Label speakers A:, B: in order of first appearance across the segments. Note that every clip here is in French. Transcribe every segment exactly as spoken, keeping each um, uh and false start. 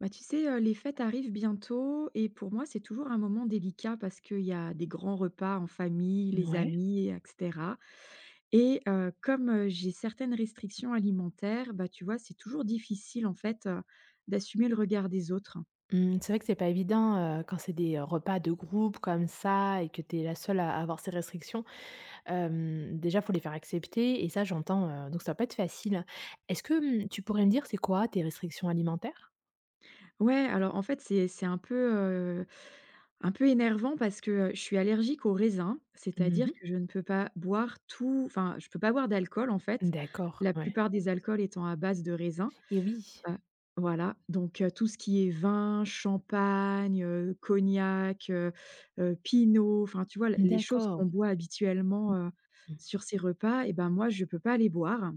A: Bah, tu sais, heu, les fêtes arrivent bientôt et pour moi, c'est toujours un moment délicat parce qu'il y a des grands repas en famille, les
B: Ouais.
A: amis et cetera et heu, comme, heu, j'ai certaines restrictions alimentaires, bah, tu vois, c'est toujours difficile, en fait, heu, d'assumer le regard des autres.
B: Mmh, c'est vrai que c'est pas évident, heu, quand c'est des, heu, repas de groupe comme ça et que tu es la seule à avoir ces restrictions. Hem, déjà, faut les faire accepter et ça, j'entends, heu, donc ça va pas être facile. Est-ce que, mmh, tu pourrais me dire c'est quoi tes restrictions alimentaires?
A: Ouais, alors, en fait, c'est c'est un peu, heu, un peu énervant parce que, heu, je suis allergique aux raisins,
B: Mmh.
A: c'est-à-dire que je ne peux pas boire tout enfin, je peux pas boire d'alcool, en fait,
B: D'accord,
A: la
B: ouais.
A: plupart des alcools étant à base de raisins.
B: Et oui.
A: Heu, voilà, donc heu, tout ce qui est vin, champagne, heu, cognac, heu heu, pinot, enfin, tu vois, l les choses
B: D'accord.
A: qu'on boit habituellement, heu,
B: Mmh.
A: sur ces repas et ben, moi, je peux pas les boire.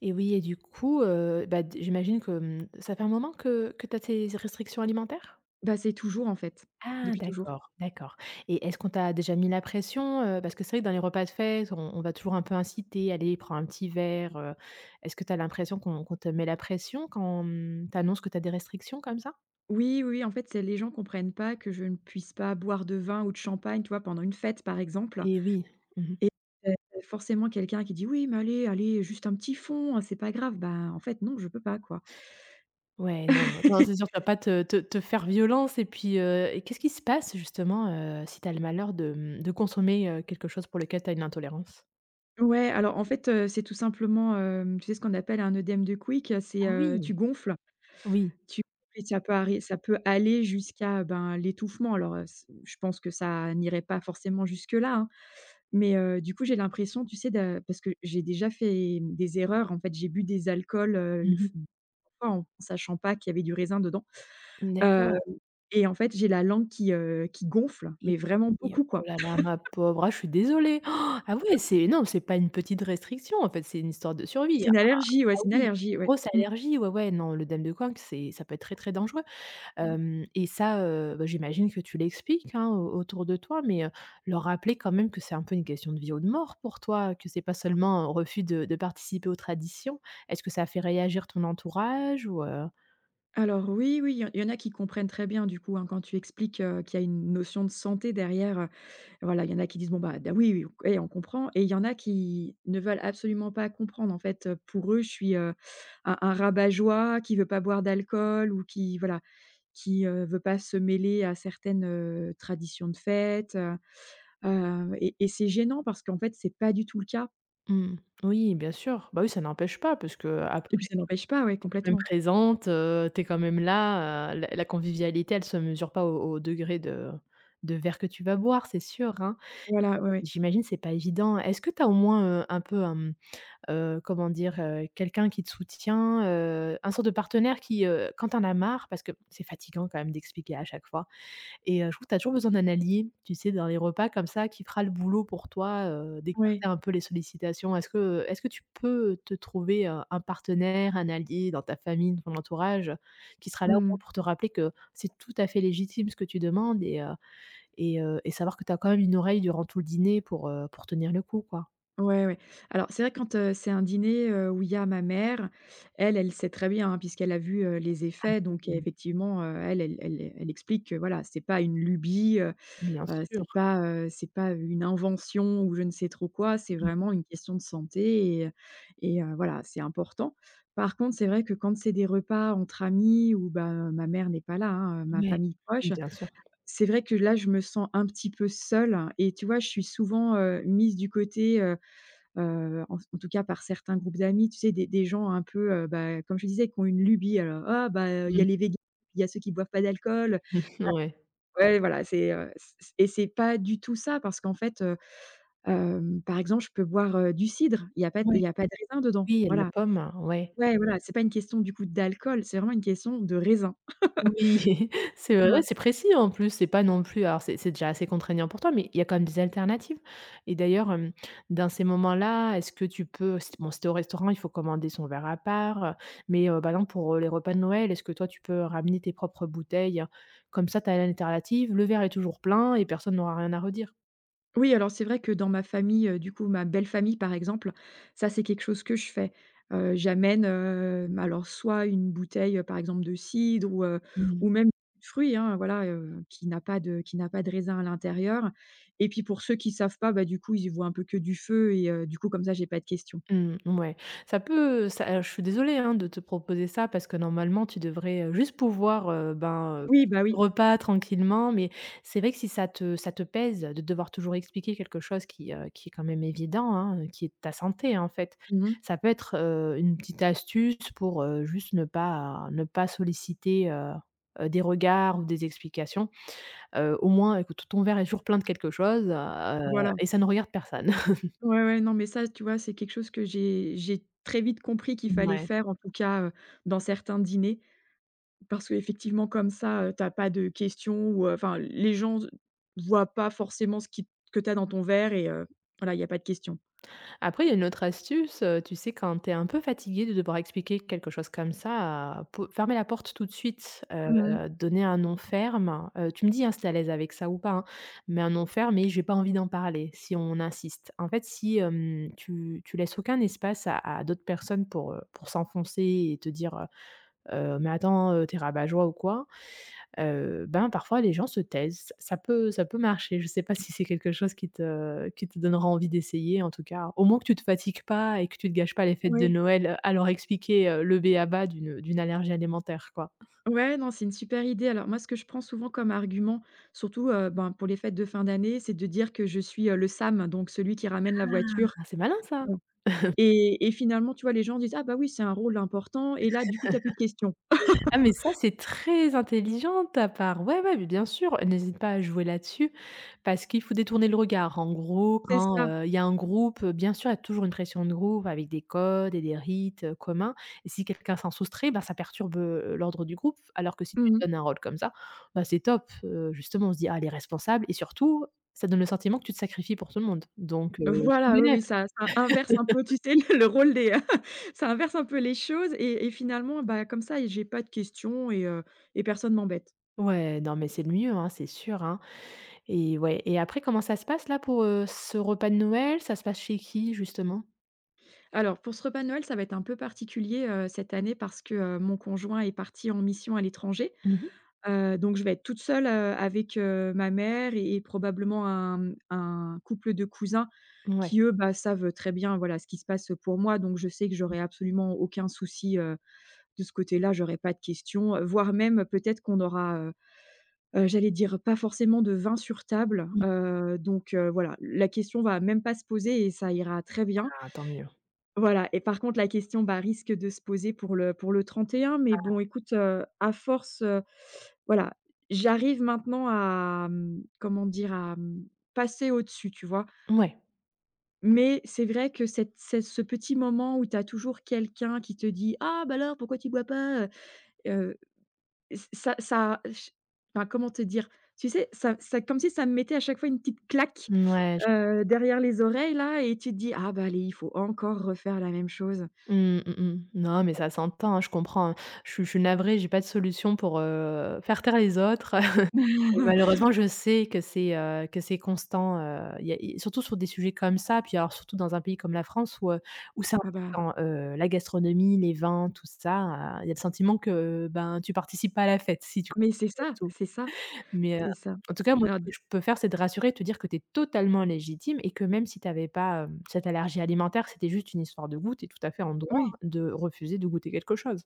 B: Et oui et du coup, heu, bah, d j'imagine que, mmh, ça fait un moment que que tu as tes restrictions alimentaires?
A: Bah, c'est toujours, en fait,
B: Ah
A: depuis toujours.
B: d'accord, d'accord et est-ce qu'on t'a déjà mis la pression, heu? Parce que c'est vrai que dans les repas de fête, on on va toujours un peu inciter: «Allez, prends un petit verre», heu, est-ce que tu as l'impression qu'on qu'on te met la pression quand, mmh, tu annonces que tu as des restrictions comme ça?
A: Oui, oui, oui, en fait, c'est les gens comprennent pas que je ne puisse pas boire de vin ou de champagne, tu vois, pendant une fête, par exemple,
B: Et oui. Mmh.
A: et heu, forcément quelqu'un qui dit: «Oui, mais allez, allez, juste un petit fond, hein, c'est pas grave». Bah, en fait, non, je peux pas, quoi.
B: Ouais, non, non, non, c'est sûr, tu vas pas te te te faire violence et puis, heu et qu'est-ce qui se passe justement, heu, si tu as le malheur de, mmh, de consommer, heu, quelque chose pour lequel tu as une intolérance?
A: Ouais, alors en fait, heu, c'est tout simplement, hem, tu sais, ce qu'on appelle un œdème de Quick, heu, c'est,
B: Ah
A: heu, tu
B: oui,
A: gonfles,
B: oui.
A: tu et ça peut arri ça peut aller jusqu'à, ben, l'étouffement. Alors, heu, c je pense que ça n'irait pas forcément jusque-là, hein, mais, heu, du coup, j'ai l'impression, tu sais, de parce que j'ai déjà fait des erreurs. En fait, j'ai bu des alcools, heu, une f
B: Mmh.
A: fois en sachant pas qu'il y avait du raisin dedans, heu
B: D'accord.
A: et en fait, j'ai la langue qui, heu, qui gonfle,
B: Et
A: mais vraiment
B: et
A: beaucoup,
B: oh
A: quoi.
B: là là, ma pauvre, ah je suis désolée. Han! Ah ouais, c'est non, c'est pas une petite restriction, en fait, c'est une histoire de survie,
A: C'est
B: hein.
A: une allergie, ouais,
B: Ah
A: c'est une
B: oui, c'est
A: allergie,
B: une
A: ouais.
B: grosse
A: Mmh.
B: allergie, ouais, ouais, non, l'œdème de Koch, c'est ça peut être très, très dangereux. Hem Et ça, heu, bah, j'imagine que tu l'expliques, hein, au autour de toi, mais heu, leur rappeler quand même que c'est un peu une question de vie ou de mort pour toi, que c'est pas seulement un refus de de participer aux traditions. Est-ce que ça a fait réagir ton entourage ou heu?
A: Alors oui, oui, il y en il y en a qui comprennent très bien du coup, hein, quand tu expliques, heu, qu'il y a une notion de santé derrière, heu, voilà, il y en a qui disent: «Bon, bah, d oui, oui, eh, on comprend» et il y en a qui ne veulent absolument pas comprendre. En fait, heu, pour eux, je suis, heu, un un rabat-joie qui veut pas boire d'alcool ou qui, voilà, qui, heu, veut pas se mêler à certaines, heu, traditions de fête. heu heu et et c'est gênant parce qu'en fait, c'est pas du tout le cas
B: Mmh, oui, bien sûr. Bah oui, ça n'empêche pas parce
A: et puis
B: qu'après
A: ça n'empêche pas, ouais,
B: quand même
A: complètement.
B: présente, heu, tu quand même là, heu, la la convivialité, elle se mesure pas au au degré de de verre que tu vas boire, c'est sûr, hein.
A: Voilà, ouais, ouais.
B: J'imagine c'est pas évident. Est-ce que tu as au moins, heu, un peu un, mmh, comment dire? Heu, quelqu'un qui te soutient, heu, un sorte de partenaire qui, heu, quand t'en as marre, parce que c'est fatigant quand même d'expliquer à chaque fois et heu, je trouve que tu as toujours besoin d'un allié, tu sais, dans les repas comme ça, qui fera le boulot pour toi, heu,
A: Ouais.
B: d'écarter un peu les sollicitations. Est-ce que, est-ce que tu peux te trouver, heu, un partenaire, un allié dans ta famille, dans ton entourage, qui sera là au
A: Mmh.
B: moins pour te rappeler que c'est tout à fait légitime ce que tu demandes et heu et heu et savoir que tu as quand même une oreille durant tout le dîner pour, heu, pour tenir le coup, quoi?
A: Ouais, ouais. Alors c'est vrai que quand, heu, c'est un dîner, heu, où il y a ma mère, elle, elle sait très bien, hein, puisqu'elle a vu, heu, les effets, donc euh,
B: Mmh.
A: effectivement, heu, elle elle elle elle explique que voilà, c'est pas une lubie, heu
B: Bien
A: heu,
B: sûr.
A: c'est pas, heu, c'est pas une invention ou je ne sais trop quoi, c'est
B: Mmh,
A: vraiment une question de santé et et heu, voilà, c'est important. Par contre, c'est vrai que quand c'est des repas entre amis où bah, ma mère n'est pas là, hein, ma
B: ouais.
A: famille proche,
B: Bien sûr.
A: c'est vrai que là, je me sens un petit peu seule et tu vois, je suis souvent, heu, mise du côté, heu, en en tout cas par certains groupes d'amis, tu sais, des des gens un peu, heu, bah, comme je disais, qui ont une lubie, alors: «Ah bah, il y a
B: Mmh.
A: les végans, il y a ceux qui boivent pas d'alcool».
B: Ouais.
A: Ouais, voilà, c'est, heu, c et c'est pas du tout ça parce qu'en fait, heu, hem, par exemple, je peux boire, heu, du cidre, il y a pas il
B: Ouais.
A: y a pas de raisin dedans,
B: Oui, il y a de la
A: voilà.
B: pomme, ouais.
A: Ouais, voilà, c'est pas une question du coup d'alcool, c'est vraiment une question de raisin.
B: Oui, c'est heu, ouais,
A: Voilà.
B: c'est précis en plus, c'est pas non plus alors c'est c'est déjà assez contraignant pour toi, mais il y a quand même des alternatives et d'ailleurs, hem, dans ces moments-là, est-ce que tu peux si bon, si tu au restaurant, il faut commander son verre à part, heu, mais heu, par exemple pour, heu, les repas de Noël, est-ce que toi tu peux ramener tes propres bouteilles? Comme ça, tu as l'alternative, le verre est toujours plein et personne n'aura rien à redire.
A: Oui, alors c'est vrai que dans ma famille, heu, du coup, ma belle famille, par exemple, ça, c'est quelque chose que je fais. Heu, j'amène, hem, alors soit une bouteille, heu, par exemple de cidre ou, heu,
B: Mmh.
A: ou même de fruits, hein, voilà, heu, qui n'a pas de qui n'a pas de raisin à l'intérieur, et puis pour ceux qui savent pas, bah, du coup, ils y voient un peu que du feu et heu, du coup, comme ça, j'ai pas de questions.
B: Mmh, mouais. Ça peut ça je suis désolée, hein, de te proposer ça parce que normalement tu devrais, heu, juste pouvoir, heu, ben, heu,
A: Oui,
B: passer
A: bah,
B: tes
A: oui.
B: repas tranquillement, mais c'est vrai que si ça te ça te pèse de devoir toujours expliquer quelque chose qui, heu, qui est quand même évident, hein, qui est ta santé, en fait.
A: Mmh.
B: Ça peut être, heu, une petite astuce pour, heu, juste ne pas ne pas solliciter, heu heu, des regards ou des explications. Heu, au moins, écoute, ton verre est toujours plein de quelque chose, heu
A: Voilà.
B: et ça ne regarde personne.
A: Ouais, ouais, non, mais ça, tu vois, c'est quelque chose que j'ai j'ai très vite compris qu'il fallait
B: Ouais.
A: faire, en tout cas, heu, dans certains dîners. Parce qu'effectivement comme ça, heu, tu pas de questions ou heu, enfin les gens voient pas forcément ce qui que t'as dans ton verre et heu, voilà, il y a pas de questions.
B: Après, il y a une autre astuce, heu, tu sais, quand tu es un peu fatigué de devoir expliquer quelque chose comme ça, heu, pou fermer la porte tout de suite,
A: Mmh.
B: heu, donner un non ferme, heu, tu me dis, hein, si tu es à l'aise avec ça ou pas, hein, mais un non ferme et: «J'ai pas envie d'en parler», si on insiste. En fait, si, hem, tu tu laisses aucun espace à à d'autres personnes pour, heu, pour s'enfoncer et te dire, heu: mais attends, heu, tu rabat-joie ou quoi», heu, ben, parfois les gens se taisent. Ça peut ça peut marcher. Je sais pas si c'est quelque chose qui te qui te donnera envie d'essayer en tout cas, au moins que tu te fatigues pas et que tu te gâches pas les fêtes de
A: Oui.
B: Noël, à leur expliquer, heu, le b.a-ba d'une, d'une allergie alimentaire, quoi.
A: Ouais, non, c'est une super idée. Alors moi, ce que je prends souvent comme argument, surtout, heu, ben, pour les fêtes de fin d'année, c'est de dire que je suis, heu, le SAM, donc celui qui ramène la voiture.
B: Ah, c'est malin ça!
A: Bon. et et finalement, tu vois, les gens disent: «Ah bah oui, c'est un rôle important» et là, du coup, t'as plus de questions.
B: Ah mais ça, c'est très intelligent de ta part. Ouais, ouais, mais bien sûr, n'hésite pas à jouer là-dessus parce qu'il faut détourner le regard. En gros,
A: C'est
B: quand,
A: ça.
B: heu, il y a un groupe, heu, bien sûr, il y a toujours une pression de groupe avec des codes et des rites, heu, communs et si quelqu'un s'en soustrait, bah, ça perturbe, heu, l'ordre du groupe alors que si tu
A: Mmh.
B: donnes un rôle comme ça, bah, c'est top. Heu, justement, on se dit: «Ah, elle est responsable» et surtout, ça donne le sentiment que tu te sacrifies pour tout le monde donc heu, tout
A: Voilà, oui,
B: bénef.
A: oui, ça ça inverse un peu, tu sais, le le rôle des ça inverse un peu les choses et et finalement, bah, comme ça, j'ai pas de questions et heu et personne m'embête.
B: Ouais, non mais c'est le mieux, hein, c'est sûr, hein. Et ouais et après comment ça se passe là pour, heu, ce repas de Noël? Ça se passe chez qui justement?
A: Alors pour ce repas de Noël, ça va être un peu particulier, heu, cette année parce que, heu, mon conjoint est parti en mission à l'étranger,
B: Mmh.
A: heu, donc je vais être toute seule, heu, avec, heu, ma mère et et probablement un, mmh, un couple de cousins
B: Ouais.
A: qui eux, bah, savent très bien, voilà, ce qui se passe pour moi, donc je sais que j'aurai absolument aucun souci, de ce côté-là, j'aurais pas de questions, heu, voire même peut-être qu'on aura, heu heu, j'allais dire pas forcément de vin sur table,
B: Ouais,
A: heu, donc heu, voilà, la question va même pas se poser et ça ira très bien.
B: bah, tant mieux.
A: Voilà, et par contre la question, bah, risque de se poser pour le pour le trente et un. Mais bon écoute, heu, à force, heu, voilà, j'arrive maintenant à, mmh, comment dire? À, mmh, passer au-dessus, tu vois?
B: Ouais.
A: Mais c'est vrai que cette c'est ce petit moment où tu as toujours quelqu'un qui te dit: «Ah bah alors pourquoi tu bois pas ?» heu ça ça ch enfin, comment te dire? Tu sais, ça ça comme si ça me mettait à chaque fois une petite claque,
B: Ouais. je
A: heu, derrière les oreilles là, et tu te dis: «Ah bah allez, il faut encore refaire la même chose».
B: Mmh, mmh, mh. Non, mais ça s'entend, hein, je comprends, hein. Je suis je suis navrée, j'ai pas de solution pour, heu, faire taire les autres et malheureusement je sais que c'est, heu, que c'est constant, heu, y a i surtout sur des sujets comme ça, puis alors surtout dans un pays comme la France où, heu, où c'est
A: Ah bah,
B: important, heu, la gastronomie, les vins, tout ça, il y a le sentiment que, ben, tu participes pas à la fête si tu.
A: mais c'est ça, c'est ça,
B: Mais, heu,
A: c'est ça.
B: en tout cas, moi,
A: Alors
B: ce que
A: d
B: je peux faire, c'est de rassurer, te dire que tu es totalement légitime et que même si tu avais pas, hem, cette allergie alimentaire, c'était juste une histoire de goût, tu es tout à fait en droit
A: Oui.
B: de refuser de goûter quelque chose.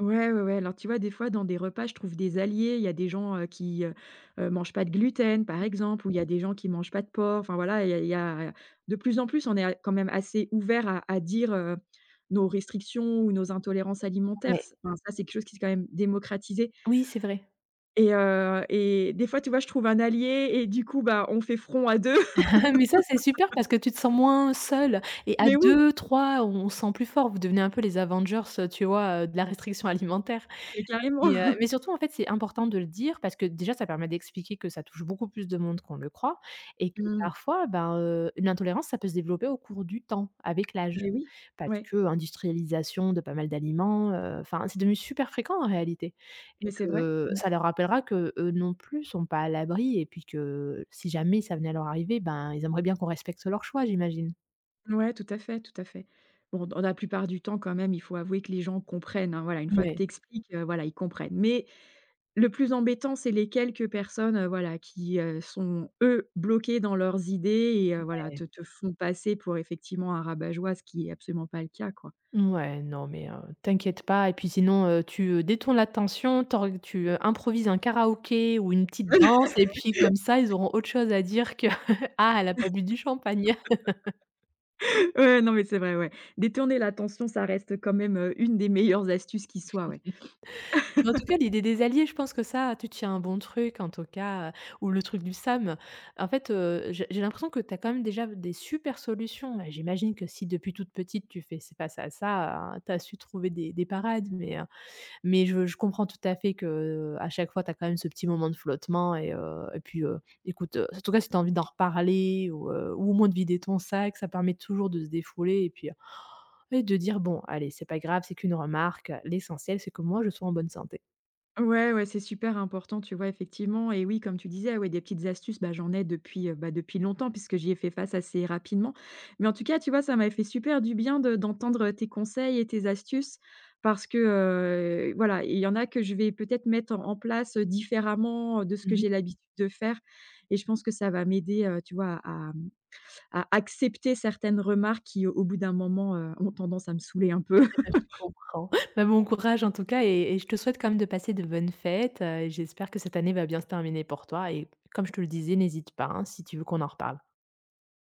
A: Ouais, ouais, ouais. Alors, tu vois, des fois, dans des repas, je trouve des alliés. Il y a des gens, heu, qui, heu heu, mangent pas de gluten, par exemple, ou il y a des gens qui mangent pas de porc. Enfin, voilà, il y a il y a de plus en plus, on est a quand même assez ouvert à à dire, heu, nos restrictions ou nos intolérances alimentaires.
B: Ouais,
A: C Enfin, ça, c'est quelque chose qui est quand même démocratisé,
B: oui, c'est vrai.
A: et heu et des fois, tu vois, je trouve un allié et du coup, bah, on fait front à deux.
B: Mais ça, c'est super parce que tu te sens moins seule et à
A: Mais oui,
B: deux, trois, 3 on se sent plus fort. Vous devenez un peu les Avengers, heu, tu vois, heu, de la restriction alimentaire.
A: mais carrément.
B: Et heu, mais surtout, en fait, c'est important de le dire parce que déjà, ça permet d'expliquer que ça touche beaucoup plus de monde qu'on le croit et que
A: Mmh.
B: parfois, ben, heu, une intolérance, ça peut se développer au cours du temps, avec l'âge.
A: Mais oui.
B: Parce
A: Ouais,
B: que industrialisation de pas mal d'aliments, heu, enfin, c'est devenu super fréquent en réalité
A: mais
B: et
A: c'est vrai.
B: que
A: Mmh.
B: ça leur rappellera que eux non plus sont pas à l'abri et puis que si jamais ça venait à leur arriver, ben, ils aimeraient bien qu'on respecte leurs choix, j'imagine.
A: Ouais, tout à fait, tout à fait. Bon, dans la plupart du temps, quand même, il faut avouer que les gens comprennent, hein, voilà, une fois que
B: Ouais.
A: tu expliques, voilà, ils comprennent. Mais le plus embêtant, c'est les quelques personnes, heu, voilà, qui, heu, sont, eux, bloqués dans leurs idées et heu, voilà, te te font passer pour effectivement un rabat-joie, ce qui est absolument pas le cas, quoi.
B: Ouais non, mais heu, t'inquiète pas et puis sinon, heu, tu, heu, détournes l'attention, t'or tu, heu, improvises un karaoké ou une petite danse et puis comme ça, ils auront autre chose à dire que: «Ah, elle a pas bu du champagne».
A: Ouais, non, mais c'est vrai, ouais. Détourner l'attention, ça reste quand même, heu, une des meilleures astuces qui soit, ouais.
B: Mais en tout cas, l'idée des alliés, je pense que ça, tu tiens un bon truc en tout cas, heu, ou le truc du SAM. En fait, heu, j'ai j'ai l'impression que tu as quand même déjà des super solutions et j'imagine que si depuis toute petite, tu fais c'est pas ça, ça, tu as su trouver des des parades mais. Mais je je comprends tout à fait que euh, à chaque fois, tu as quand même ce petit moment de flottement et heu et puis, heu, écoute, heu, en tout cas, si tu as envie d'en reparler ou, heu, ou au moins de vider ton sac, ça permet toujours de se défouler et puis euh, et de dire: «Bon, allez, c'est pas grave, c'est qu'une remarque, l'essentiel, c'est que moi, je sois en bonne santé».
A: Ouais, ouais, c'est super important, tu vois, effectivement. Et oui, comme tu disais, ouais, des petites astuces, bah, j'en ai depuis, heu, bah, depuis longtemps puisque j'y ai fait face assez rapidement. Mais en tout cas, tu vois, ça m'a fait super du bien de d'entendre tes conseils et tes astuces parce que, heu, voilà, il y en a que je vais peut-être mettre en en place, heu, différemment, de ce que
B: Mmh.
A: j'ai l'habitude de faire, et je pense que ça va m'aider, heu, tu vois, à à accepter certaines remarques qui, au bout d'un moment, heu, ont tendance à me saouler un peu.
B: Je comprends. Bah, bon courage en tout cas et et je te souhaite quand même de passer de bonnes fêtes, heu et j'espère que cette année va bien se terminer pour toi et comme je te le disais, n'hésite pas, hein, si tu veux qu'on en reparle.